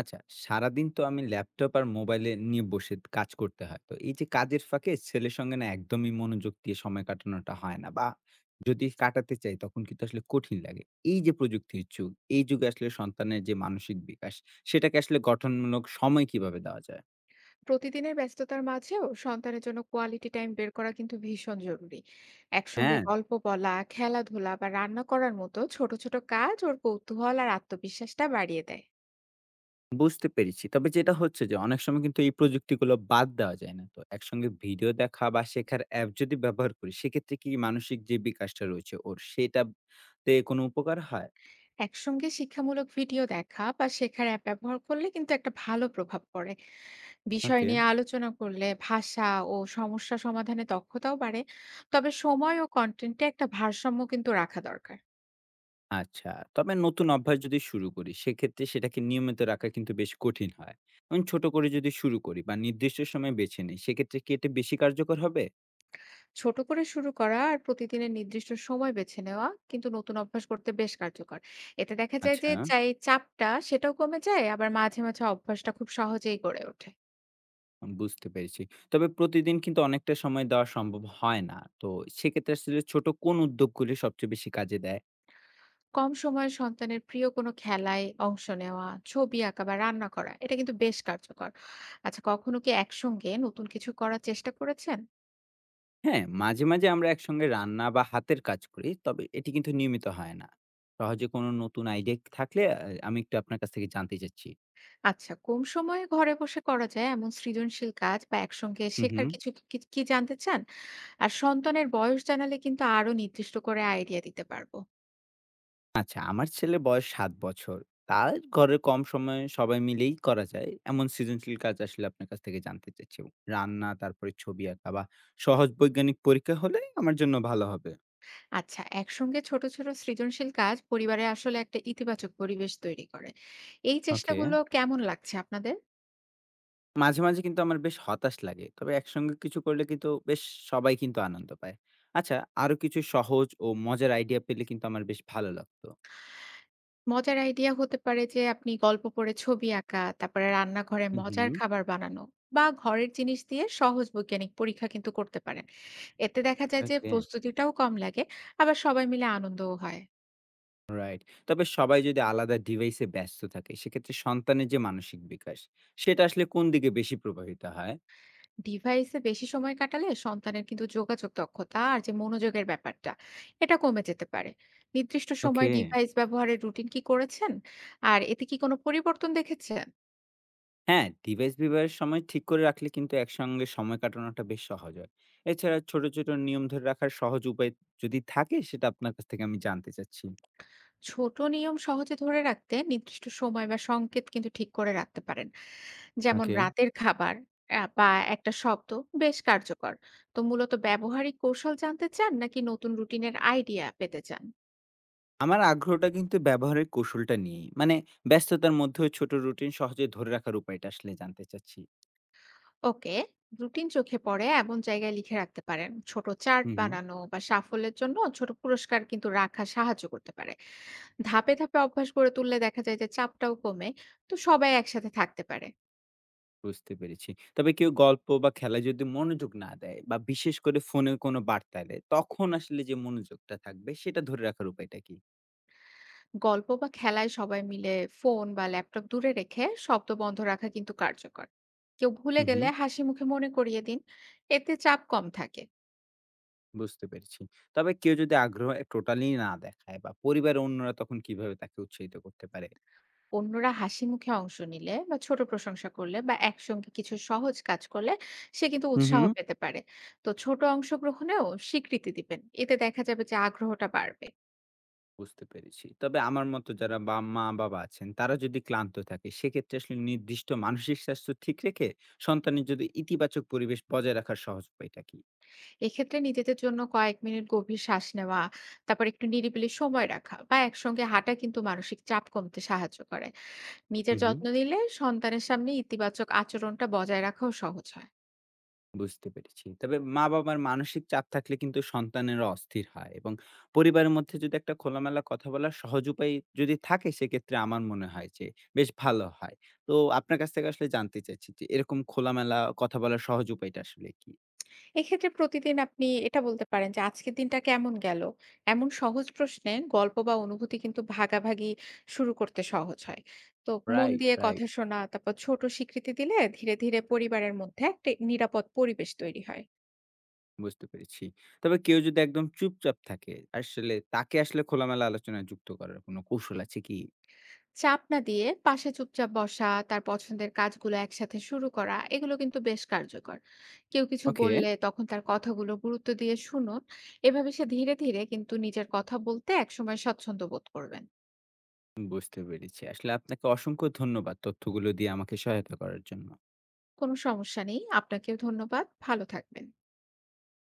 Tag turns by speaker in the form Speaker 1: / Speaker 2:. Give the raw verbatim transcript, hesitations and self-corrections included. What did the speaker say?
Speaker 1: আচ্ছা, সারাদিন তো আমি ল্যাপটপ আর মোবাইলে নিয়ে বসে কাজ করতে হয়। তো এই যে কাজের ফাঁকে ছেলের সঙ্গে না একদমই মনোযোগ দিয়ে সময় কাটানোটা হয় না বা যদি কাটাতে চাই তখন কিন্তু আসলে কঠিন লাগে। এই যে প্রযুক্তির যুগ, এই যুগে আসলে সন্তানের যে মানসিক বিকাশ সেটাকে আসলে গঠনমূলক সময় কিভাবে দেওয়া যায়?
Speaker 2: প্রতিদিনের ব্যস্ততার মাঝেও সন্তানের জন্য কোয়ালিটি টাইম বের করা কিন্তু ভীষণ জরুরি। একসঙ্গে
Speaker 1: হ্যাঁ,
Speaker 2: গল্প বলা, খেলাধুলা বা রান্না করার মতো ছোট ছোট কাজ ওর কৌতূহল আর আত্মবিশ্বাসটা বাড়িয়ে দেয়।
Speaker 1: বুঝতে পেরেছি। তবে যেটা হচ্ছে যে অনেক সময় কিন্তু এই প্রযুক্তিগুলো বাদ দেওয়া যায় না। তো একসঙ্গে ভিডিও দেখা বা শেখার অ্যাপ যদি ব্যবহার করি সেক্ষেত্রে কি মানসিক যে বিকাশটা রয়েছে ওর সেটা তে কোনো উপকার হয়?
Speaker 2: একসঙ্গে শিক্ষামূলক ভিডিও দেখা বা শেখার অ্যাপ ব্যবহার করলে কিন্তু একটা ভালো প্রভাব পড়ে। বিষয়
Speaker 1: ওকে।
Speaker 2: নিয়ে আলোচনা করলে ভাষা ও সমস্যা সমাধানে দক্ষতাও বাড়ে। তবে সময় ও কন্টেন্টে একটা ভারসাম্য কিন্তু রাখা দরকার।
Speaker 1: আচ্ছা। তবে নতুন অভ্যাস যদি শুরু করি, সেক্ষেত্রে সেটাকে নিয়মিত রাখা কিন্তু বেশ কঠিন হয়। এবং ছোট করে যদি শুরু করি বা নির্দিষ্ট সময় বেছে নিই, সেক্ষেত্রে কি এটা বেশি কার্যকর হবে?
Speaker 2: ছোট করে শুরু করা আর প্রতিদিনের নির্দিষ্ট সময় বেছে নেওয়া কিন্তু নতুন অভ্যাস করতে বেশ কার্যকর। এতে দেখা যায়
Speaker 1: আচ্ছা,
Speaker 2: যে চাই চাপটা সেটাও কমে যায়, আবার মাঝে মাঝে অভ্যাসটা খুব সহজেই গড়ে ওঠে।
Speaker 1: আমি বুঝতে পেরেছি। তবে প্রতিদিন কিন্তু অনেকটা সময় দেওয়া সম্ভব হয় না। তো সেক্ষেত্রে আসলে ছোট কোন উদ্যোগগুলি সবচেয়ে বেশি কাজে দেয়?
Speaker 2: কম সময়ে সন্তানের প্রিয় কোনো খেলায় অংশ নেওয়া, ছবি আঁকা বা রান্না করা এটা কিন্তু বেশ কার্যকর। আচ্ছা, কখনো কি একসঙ্গে নতুন কিছু করার চেষ্টা করেছেন?
Speaker 1: হ্যাঁ, মাঝে, মাঝে আমরা একসঙ্গে রান্না বা হাতের কাজ করি, তবে এটি কিন্তু নিয়মিত হয় না। সহজে কোনো নতুন আইডিয়া থাকলে আ আমি একটু আপনার কাছ থেকে জানতে চাচ্ছি।
Speaker 2: আচ্ছা, কম সময়ে ঘরে বসে করা যায় এমন সৃজনশীল কাজ বা একসঙ্গে
Speaker 1: হু, হু।
Speaker 2: শেখার কিছু কি, কি জানতে চান? আর সন্তানের বয়স জানালে কিন্তু আরো নির্দিষ্ট করে আইডিয়া দিতে পারবো।
Speaker 1: আচ্ছা, আমার ছেলের বয়স সাত বছর। তার ঘরে কম সময়ে সবাই মিলেই করা যায় এমন সৃজনশীল কাজ আসলে আপনার কাছ থেকে জানতে চাচ্ছি। রান্না, তারপরে ছবি আঁকা বা সহজ বৈজ্ঞানিক পরীক্ষা হলে আমার জন্য ভালো হবে।
Speaker 2: আচ্ছা, একসঙ্গে ছোট, ছোট সৃজনশীল কাজ পরিবারে আসলে একটা ইতিবাচক পরিবেশ তৈরি করে। এই
Speaker 1: ওকে।
Speaker 2: চেষ্টাগুলো কেমন লাগছে আপনাদের?
Speaker 1: মাঝে, মাঝে কিন্তু আমার বেশ হতাশ লাগে। তবে একসঙ্গে কিছু করলে কিন্তু বেশ সবাই কিন্তু আনন্দ পায়। আচ্ছা, আরো কিছু সহজ ও মজার আইডিয়া পেলে কিন্তু আমার বেশ ভালো লাগতো।
Speaker 2: মজার আইডিয়া হতে পারে যে আপনি গল্প পড়ে ছবি আঁকা, তারপরে রান্নাঘরে
Speaker 1: হুম,
Speaker 2: মজার
Speaker 1: হুম,
Speaker 2: খাবার বানানো বা ঘরের জিনিস দিয়ে সহজ বৈজ্ঞানিক পরীক্ষা কিন্তু করতে পারেন। এতে দেখা যায় যে
Speaker 1: ওকে।
Speaker 2: প্রস্তুতিটাও কম লাগে, আবার সবাই মিলে আনন্দও হয়।
Speaker 1: রাইট। তবে সবাই যদি আলাদা ডিভাইসে ব্যস্ত থাকে, সেক্ষেত্রে সন্তানের যে মানসিক বিকাশ, সেটা আসলে কোন দিকে বেশি প্রভাবিত হয়?
Speaker 2: ডিভাইসে বেশি সময় কাটালে সন্তানের কিন্তু যোগাযোগ দক্ষতা আর যে মনোযোগের ব্যাপারটা এটা কমে যেতে পারে। নির্দিষ্ট সময়
Speaker 1: ওকে।
Speaker 2: ডিভাইস ব্যবহারের রুটিন কি করেছেন? আর এতে কি কোনো পরিবর্তন দেখেছেন?
Speaker 1: হ্যাঁ, ডিভাইস ব্যবহারের সময় ঠিক করে রাখলে কিন্তু একসঙ্গে সময় কাটানোটা বেশ সহজ হয়। এছাড়া ছোট, ছোট নিয়ম ধরে রাখার সহজ উপায় যদি থাকে, সেটা আপনার কাছ থেকে আমি জানতে চাচ্ছি।
Speaker 2: ছোট নিয়ম সহজে ধরে রাখতে নির্দিষ্ট সময় বা সংকেত কিন্তু ঠিক করে রাখতে পারেন। যেমন
Speaker 1: ওকে।
Speaker 2: রাতের খাবার আ বা একটা শব্দ বেশ কার্যকর। তো মূলত ব্যবহারিক কৌশল জানতে চান নাকি নতুন রুটিনের আইডিয়া পেতে চান?
Speaker 1: আমার আগ্রহটা কিন্তু ব্যবহারের কৌশলটা নিয়েই। মানে ব্যস্ততার মধ্যেও ছোট রুটিন সহজে ধরে রাখার উপায়টা আসলে জানতে চাচ্ছি।
Speaker 2: ওকে, রুটিন চোখে পড়ে এমন জায়গায় লিখে রাখতে পারেন। ছোট চার্ট
Speaker 1: হুম, হুম।
Speaker 2: বানানো বা সাফল্যের জন্য ছোট পুরস্কার কিন্তু রাখা সাহায্য করতে পারে। ধাপে, ধাপে অভ্যাস গড়ে তুললে দেখা যায় যে চাপটাও কমে। তো সবাই একসাথে থাকতে পারে।
Speaker 1: বুঝতে পেরেছি। তবে কেউ গল্প বা খেলায় যদি মনোযোগ না দেয় বা বিশেষ করে ফোনে কোনো বার্তা এলে তখন আসলে যে মনোযোগটা থাকবে সেটা ধরে রাখার উপায়টা কি?
Speaker 2: গল্প বা খেলায় সবাই মিলে ফোন বা ল্যাপটপ দূরে রেখে শব্দ বন্ধ রাখা কিন্তু কার্যকর। কেউ ভুলে
Speaker 1: হুম,
Speaker 2: গেলে
Speaker 1: হুম।
Speaker 2: হাসি মুখে মনে করিয়ে দিন। এতে চাপ কম থাকে।
Speaker 1: বুঝতে পেরেছি। তবে কেউ যদি আগ্রহ এ টোটালি না দেখায় বা পরিবারের অন্যরা তখন কিভাবে তাকে উৎসাহিত করতে পারে?
Speaker 2: অন্যরা হাসি মুখে অংশ নিলে বা ছোট প্রশংসা করলে বা একসঙ্গে কিছু সহজ কাজ করলে সে কিন্তু
Speaker 1: হুম,
Speaker 2: উৎসাহ
Speaker 1: হুম।
Speaker 2: পেতে পারে। তো ছোট অংশগ্রহণেও স্বীকৃতি দিবেন, এতে দেখা যাবে যে আগ্রহটা বাড়বে।
Speaker 1: বুঝতে পেরেছি। তবে আমার মতো যারা বা মা-বাবা আছেন তারা যদি ক্লান্ত থাকে সেক্ষেত্রে আসলে নির্দিষ্ট মানসিক স্বাস্থ্য ঠিক রেখে সন্তানের যদি ইতিবাচক পরিবেশ বজায় রাখার সহজ উপায়টা কি?
Speaker 2: এক্ষেত্রে নিজেদের জন্য কয়েক মিনিট গভীর শ্বাস নেওয়া, তারপর একটু নিরিবিলি সময় রাখা বা একসঙ্গে হাঁটা কিন্তু মানসিক চাপ কমতে সাহায্য করে। নিজের
Speaker 1: হুম, হুম।
Speaker 2: যত্ন নিলে সন্তানের সামনে ইতিবাচক আচরণটা বজায় রাখাও সহজ হয়।
Speaker 1: বুঝতে পেরেছি। তবে মা-বাবার মানসিক চাপ থাকলে কিন্তু সন্তানেরা অস্থির হয় এবং পরিবারের মধ্যে যদি একটা খোলামেলা কথা বলার সহজ উপায় যদি থাকে সেক্ষেত্রে আমার মনে হয় যে বেশ ভালো হয়। তো আপনার কাছ থেকে আসলে জানতে চাচ্ছি যে এরকম খোলামেলা কথা বলার সহজ উপায়টা আসলে কি?
Speaker 2: এক্ষেত্রে প্রতিদিন আপনি এটা বলতে পারেন যে আজকের দিনটা কেমন গেল। এমন সহজ প্রশ্নে গল্প বা অনুভূতি কিন্তু ভাগাভাগি শুরু করতে সহজ হয়। তো মন
Speaker 1: রাইট,
Speaker 2: দিয়ে কথা
Speaker 1: রাইট।
Speaker 2: শোনা, তারপর ছোট স্বীকৃতি দিলে ধীরে ধীরে পরিবারের মধ্যে একটা নিরাপদ পরিবেশ তৈরি হয়।
Speaker 1: বুঝতে পেরেছি। তবে কেউ যদি একদম চুপচাপ থাকে আসলে তাকে আসলে খোলামেলা আলোচনায় যুক্ত করার কোনো কৌশল আছে কি?
Speaker 2: চাপ না দিয়ে পাশে চুপচাপ বসা, তার পছন্দের কাজগুলো একসাথে শুরু করা এগুলো কিন্তু বেশ কার্যকর। কেউ কিছু
Speaker 1: ওকে।
Speaker 2: বললে তখন তার কথাগুলো গুরুত্ব দিয়ে শুনুন। এভাবে সে ধীরে ধীরে কিন্তু নিজের কথা বলতে একসময় স্বচ্ছন্দ বোধ করবেন।
Speaker 1: বুঝতে পেরেছি। আসলে আপনাকে অসংখ্য ধন্যবাদ তথ্যগুলো দিয়ে আমাকে সহায়তা করার জন্য।
Speaker 2: কোনো সমস্যা নেই, আপনাকেও ধন্যবাদ, ভালো থাকবেন।